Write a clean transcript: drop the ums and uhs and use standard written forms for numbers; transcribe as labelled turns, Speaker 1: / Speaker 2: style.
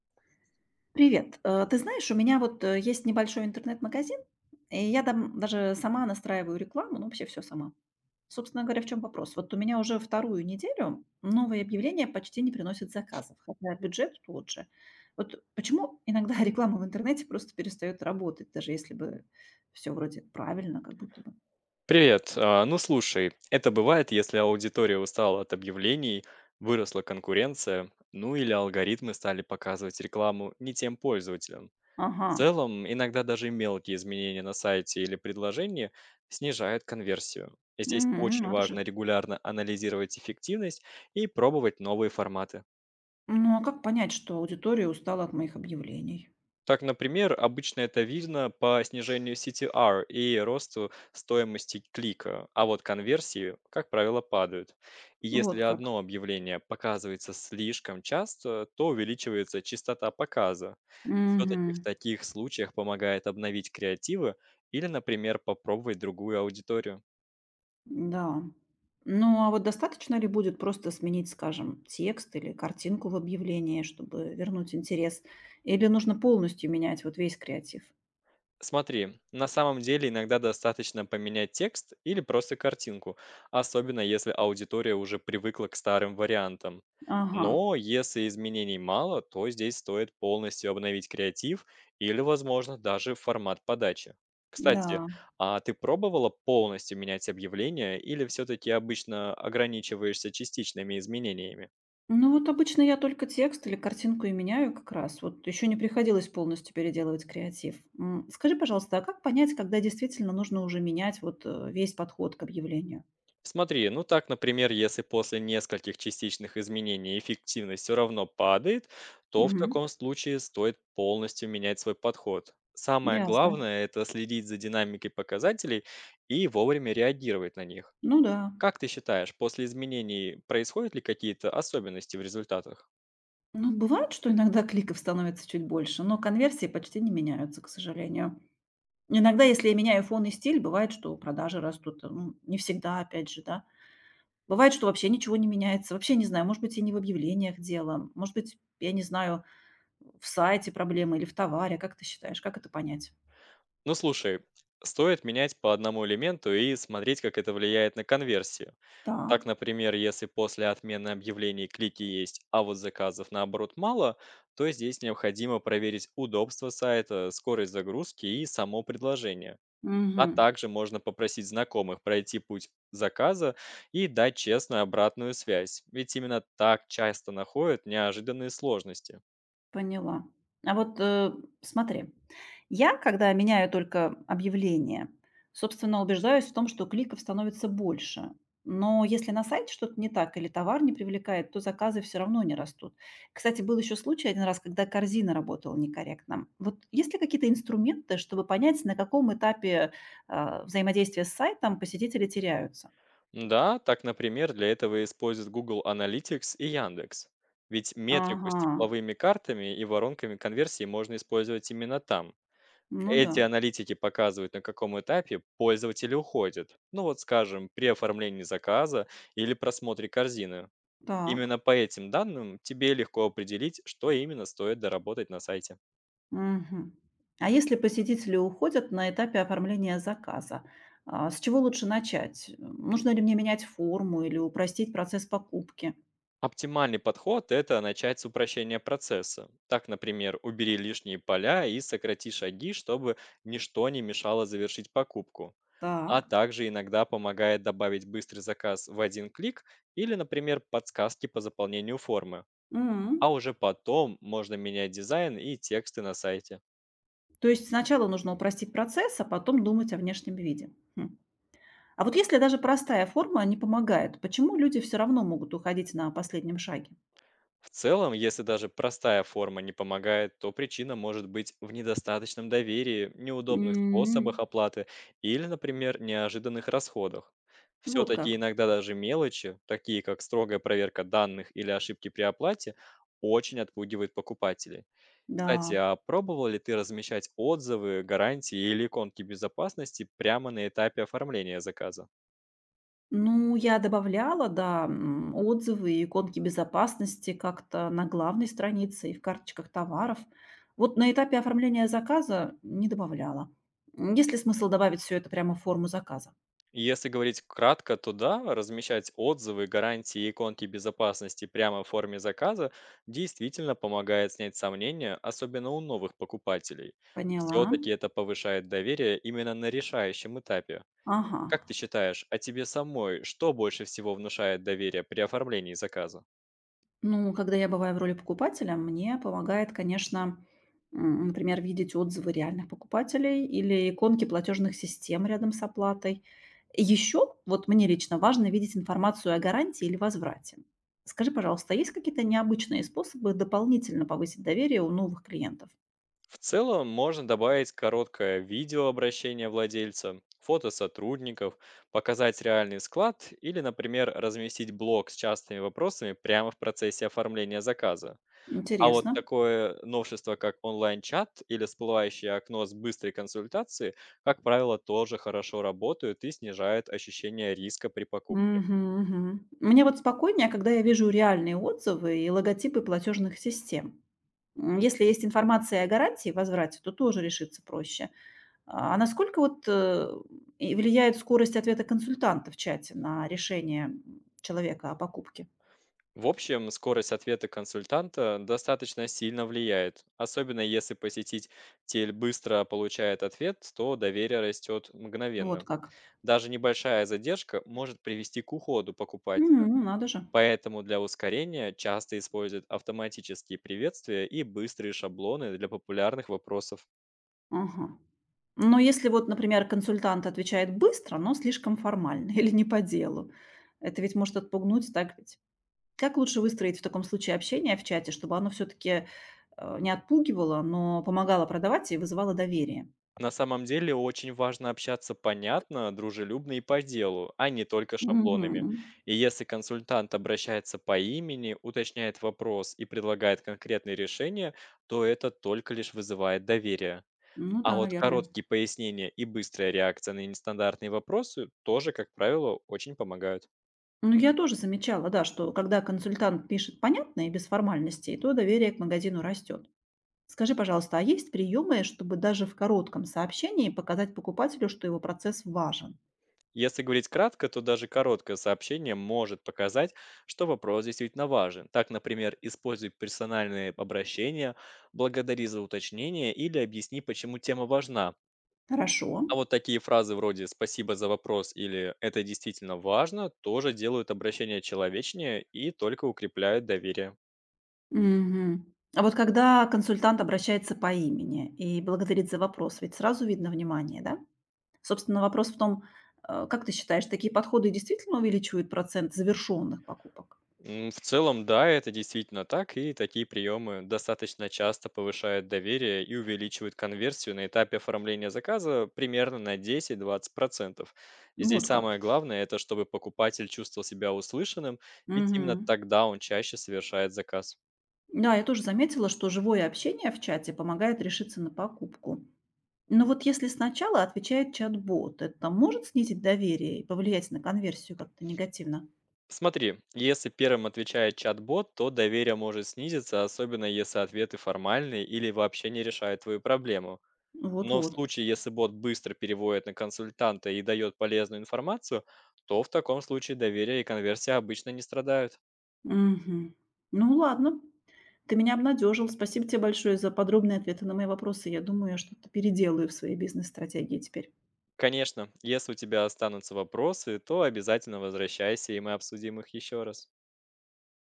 Speaker 1: Привет. Ты знаешь, у меня вот есть небольшой интернет-магазин, и я там даже сама настраиваю рекламу, ну вообще все сама. Собственно говоря, в чем вопрос? Вот у меня уже вторую неделю новые объявления почти не приносят заказов, хотя бюджет тот же. Вот почему иногда реклама в интернете просто перестает работать, даже если бы все вроде правильно, как будто бы.
Speaker 2: Привет. Ну слушай, это бывает, если аудитория устала от объявлений, выросла конкуренция, ну или алгоритмы стали показывать рекламу не тем пользователям.
Speaker 1: Ага.
Speaker 2: В целом, иногда даже мелкие изменения на сайте или предложении снижают конверсию. Здесь очень
Speaker 1: Надо
Speaker 2: важно
Speaker 1: же.
Speaker 2: регулярно анализировать эффективность и пробовать новые форматы.
Speaker 1: Ну а как понять, что аудитория устала от моих объявлений?
Speaker 2: Так, например, обычно это видно по снижению CTR и росту стоимости клика, а вот конверсии, как правило, падают. И
Speaker 1: Вот
Speaker 2: если
Speaker 1: как.
Speaker 2: одно объявление показывается слишком часто, то увеличивается частота показа. Все-таки в
Speaker 1: Угу.
Speaker 2: таких случаях помогает обновить креативы или, например, попробовать другую аудиторию.
Speaker 1: Да. Ну, а вот достаточно ли будет просто сменить, скажем, текст или картинку в объявлении, чтобы вернуть интерес? Или нужно полностью менять вот весь креатив?
Speaker 2: Смотри, на самом деле иногда достаточно поменять текст или просто картинку, особенно если аудитория уже привыкла к старым вариантам.
Speaker 1: Ага,
Speaker 2: Но если изменений мало, то здесь стоит полностью обновить креатив или, возможно, даже формат подачи. Кстати,
Speaker 1: да.
Speaker 2: а ты пробовала полностью менять объявление или все-таки обычно ограничиваешься частичными изменениями?
Speaker 1: Ну вот обычно я только текст или картинку и меняю как раз. Вот еще не приходилось полностью переделывать креатив. Скажи, пожалуйста, а как понять, когда действительно нужно уже менять вот весь подход к объявлению?
Speaker 2: Смотри, ну так, например, если после нескольких частичных изменений эффективность все равно падает, то в
Speaker 1: Мгм.
Speaker 2: таком случае стоит полностью менять свой подход. Самое
Speaker 1: Ясно.
Speaker 2: главное– это следить за динамикой показателей и вовремя реагировать на них.
Speaker 1: Ну да.
Speaker 2: Как ты считаешь, после изменений происходят ли какие-то особенности в результатах?
Speaker 1: Ну, бывает, что иногда кликов становится чуть больше, но конверсии почти не меняются, к сожалению. Иногда, если я меняю фон и стиль, бывает, что продажи растут. Ну, не всегда, опять же, да. Бывает, что вообще ничего не меняется. Вообще не знаю, может быть, и не в объявлениях дело. Может быть, я не знаю, в сайте проблемы или в товаре. Как ты считаешь, как это понять?
Speaker 2: Ну слушай, стоит менять по одному элементу и смотреть, как это влияет на конверсию.
Speaker 1: Так.
Speaker 2: Так, например, если после отмены объявлений клики есть, а вот заказов наоборот мало, то здесь необходимо проверить удобство сайта, скорость загрузки и само предложение. А
Speaker 1: Мгм.
Speaker 2: также можно попросить знакомых пройти путь заказа и дать честную обратную связь, ведь именно так часто находят неожиданные сложности.
Speaker 1: Поняла. А вот, смотри, я, когда меняю только объявление, собственно, убеждаюсь в том, что кликов становится больше. Но если на сайте что-то не так или товар не привлекает, то заказы все равно не растут. Кстати, был еще случай один раз, когда корзина работала некорректно. Вот есть ли какие-то инструменты, чтобы понять, на каком этапе взаимодействия с сайтом посетители теряются?
Speaker 2: Да, так, например, для этого используют Google Analytics и Яндекс. Ведь метрику
Speaker 1: Ага,
Speaker 2: с тепловыми картами и воронками конверсии можно использовать именно там.
Speaker 1: ну да,
Speaker 2: Эти аналитики показывают, на каком этапе пользователи уходят. Ну вот, скажем, при оформлении заказа или просмотре корзины.
Speaker 1: так.
Speaker 2: Именно по этим данным тебе легко определить, что именно стоит доработать на сайте.
Speaker 1: Мгм. А если посетители уходят на этапе оформления заказа, с чего лучше начать? Нужно ли мне менять форму или упростить процесс покупки?
Speaker 2: Оптимальный подход– это начать с упрощения процесса. Так, например, убери лишние поля и сократи шаги, чтобы ничто не мешало завершить покупку. А
Speaker 1: Так.
Speaker 2: также иногда помогает добавить быстрый заказ в один клик или, например, подсказки по заполнению формы.
Speaker 1: М.
Speaker 2: А уже потом можно менять дизайн и тексты на сайте.
Speaker 1: То есть сначала нужно упростить процесс, а потом думать о внешнем виде. Хм. А вот если даже простая форма не помогает, почему люди все равно могут уходить на последнем шаге?
Speaker 2: В целом, если даже простая форма не помогает, то причина может быть в недостаточном доверии, неудобных способах
Speaker 1: М.
Speaker 2: оплаты или, например, неожиданных расходах.
Speaker 1: Вот
Speaker 2: Все-таки
Speaker 1: как.
Speaker 2: иногда даже мелочи, такие как строгая проверка данных или ошибки при оплате, очень отпугивают покупателей. Кстати,
Speaker 1: Да.
Speaker 2: а пробовал ли ты размещать отзывы, гарантии или иконки безопасности прямо на этапе оформления заказа?
Speaker 1: Ну, я добавляла, да, отзывы и иконки безопасности как-то на главной странице и в карточках товаров. Вот на этапе оформления заказа не добавляла. Есть ли смысл добавить все это прямо в форму заказа?
Speaker 2: Если говорить кратко, то да, размещать отзывы, гарантии и иконки безопасности прямо в форме заказа действительно помогает снять сомнения, особенно у новых покупателей.
Speaker 1: Поняла.
Speaker 2: Все-таки это повышает доверие именно на решающем этапе.
Speaker 1: Ага.
Speaker 2: Как ты считаешь, а тебе самой что больше всего внушает доверие при оформлении заказа?
Speaker 1: Ну, когда я бываю в роли покупателя, мне помогает, конечно, например, видеть отзывы реальных покупателей или иконки платежных систем рядом с оплатой. Еще вот мне лично важно видеть информацию о гарантии или возврате. Скажи, пожалуйста, есть какие-то необычные способы дополнительно повысить доверие у новых клиентов?
Speaker 2: В целом можно добавить короткое видео видеообращение владельца, фото сотрудников, показать реальный склад или, например, разместить блог с частыми вопросами прямо в процессе оформления заказа. А вот
Speaker 1: Интересно.
Speaker 2: такое новшество, как онлайн-чат или всплывающее окно с быстрой консультацией, как правило, тоже хорошо работают и снижают ощущение риска при покупке.
Speaker 1: Мгм, мгм. Мне вот спокойнее, когда я вижу реальные отзывы и логотипы платежных систем. Если есть информация о гарантии и возврате, то тоже решиться проще. А насколько вот, и влияет скорость ответа консультанта в чате на решение, человека о покупке?
Speaker 2: В общем, скорость ответа консультанта достаточно сильно влияет. Особенно если посетитель быстро получает ответ, то доверие растет
Speaker 1: Вот
Speaker 2: мгновенно.
Speaker 1: как.
Speaker 2: Даже небольшая задержка может привести к уходу покупателя.
Speaker 1: Ну, надо же.
Speaker 2: Поэтому для ускорения часто используют автоматические приветствия и быстрые шаблоны для популярных вопросов.
Speaker 1: Ага. Но если вот, например, консультант отвечает быстро, но слишком формально или не по делу, это ведь может отпугнуть, так ведь? Как лучше выстроить в таком случае общение в чате, чтобы оно все-таки, не отпугивало, но помогало продавать и вызывало доверие?
Speaker 2: На самом деле очень важно общаться понятно, дружелюбно и по делу, а не только шаблонами.
Speaker 1: Мгм.
Speaker 2: И если консультант обращается по имени, уточняет вопрос и предлагает конкретные решения, то это только лишь вызывает доверие.
Speaker 1: Ну
Speaker 2: А
Speaker 1: да,
Speaker 2: вот
Speaker 1: наверное.
Speaker 2: короткие пояснения и быстрая реакция на нестандартные вопросы тоже, как правило, очень помогают.
Speaker 1: Ну, я тоже замечала, да, что когда консультант пишет понятно и без формальностей, то доверие к магазину растет. Скажи, пожалуйста, а есть приемы, чтобы даже в коротком сообщении показать покупателю, что его процесс важен?
Speaker 2: Если говорить кратко, то даже короткое сообщение может показать, что вопрос действительно важен. Так, например, используй персональные обращения, благодари за уточнение или объясни, почему тема важна.
Speaker 1: Хорошо.
Speaker 2: А вот такие фразы вроде «спасибо за вопрос» или «это действительно важно» тоже делают обращение человечнее и только укрепляют доверие.
Speaker 1: Мгм. А вот когда консультант обращается по имени и благодарит за вопрос, ведь сразу видно внимание, да? Собственно, вопрос в том, как ты считаешь, такие подходы действительно увеличивают процент завершенных покупок?
Speaker 2: В целом, да, это действительно так, и такие приемы достаточно часто повышают доверие и увеличивают конверсию на этапе оформления заказа примерно на 10-20%.
Speaker 1: Ну.
Speaker 2: Здесь
Speaker 1: Вот как.
Speaker 2: самое главное– это чтобы покупатель чувствовал себя услышанным, ведь именно
Speaker 1: Мгм.
Speaker 2: тогда он чаще совершает заказ.
Speaker 1: Да, я тоже заметила, что живое общение в чате помогает решиться на покупку. Но вот если сначала отвечает чат-бот, это может снизить доверие и повлиять на конверсию как-то негативно?
Speaker 2: Смотри, если первым отвечает чат-бот, то доверие может снизиться, особенно если ответы формальные или вообще не решают твою проблему. Но в
Speaker 1: Вот-вот.
Speaker 2: случае, если бот быстро переводит на консультанта и дает полезную информацию, то в таком случае доверие и конверсия обычно не страдают.
Speaker 1: Мгм. Ну ладно, ты меня обнадежил. Спасибо тебе большое за подробные ответы на мои вопросы. Я думаю, я что-то переделаю в своей бизнес-стратегии теперь.
Speaker 2: Конечно, если у тебя останутся вопросы, то обязательно возвращайся, и мы обсудим их еще раз.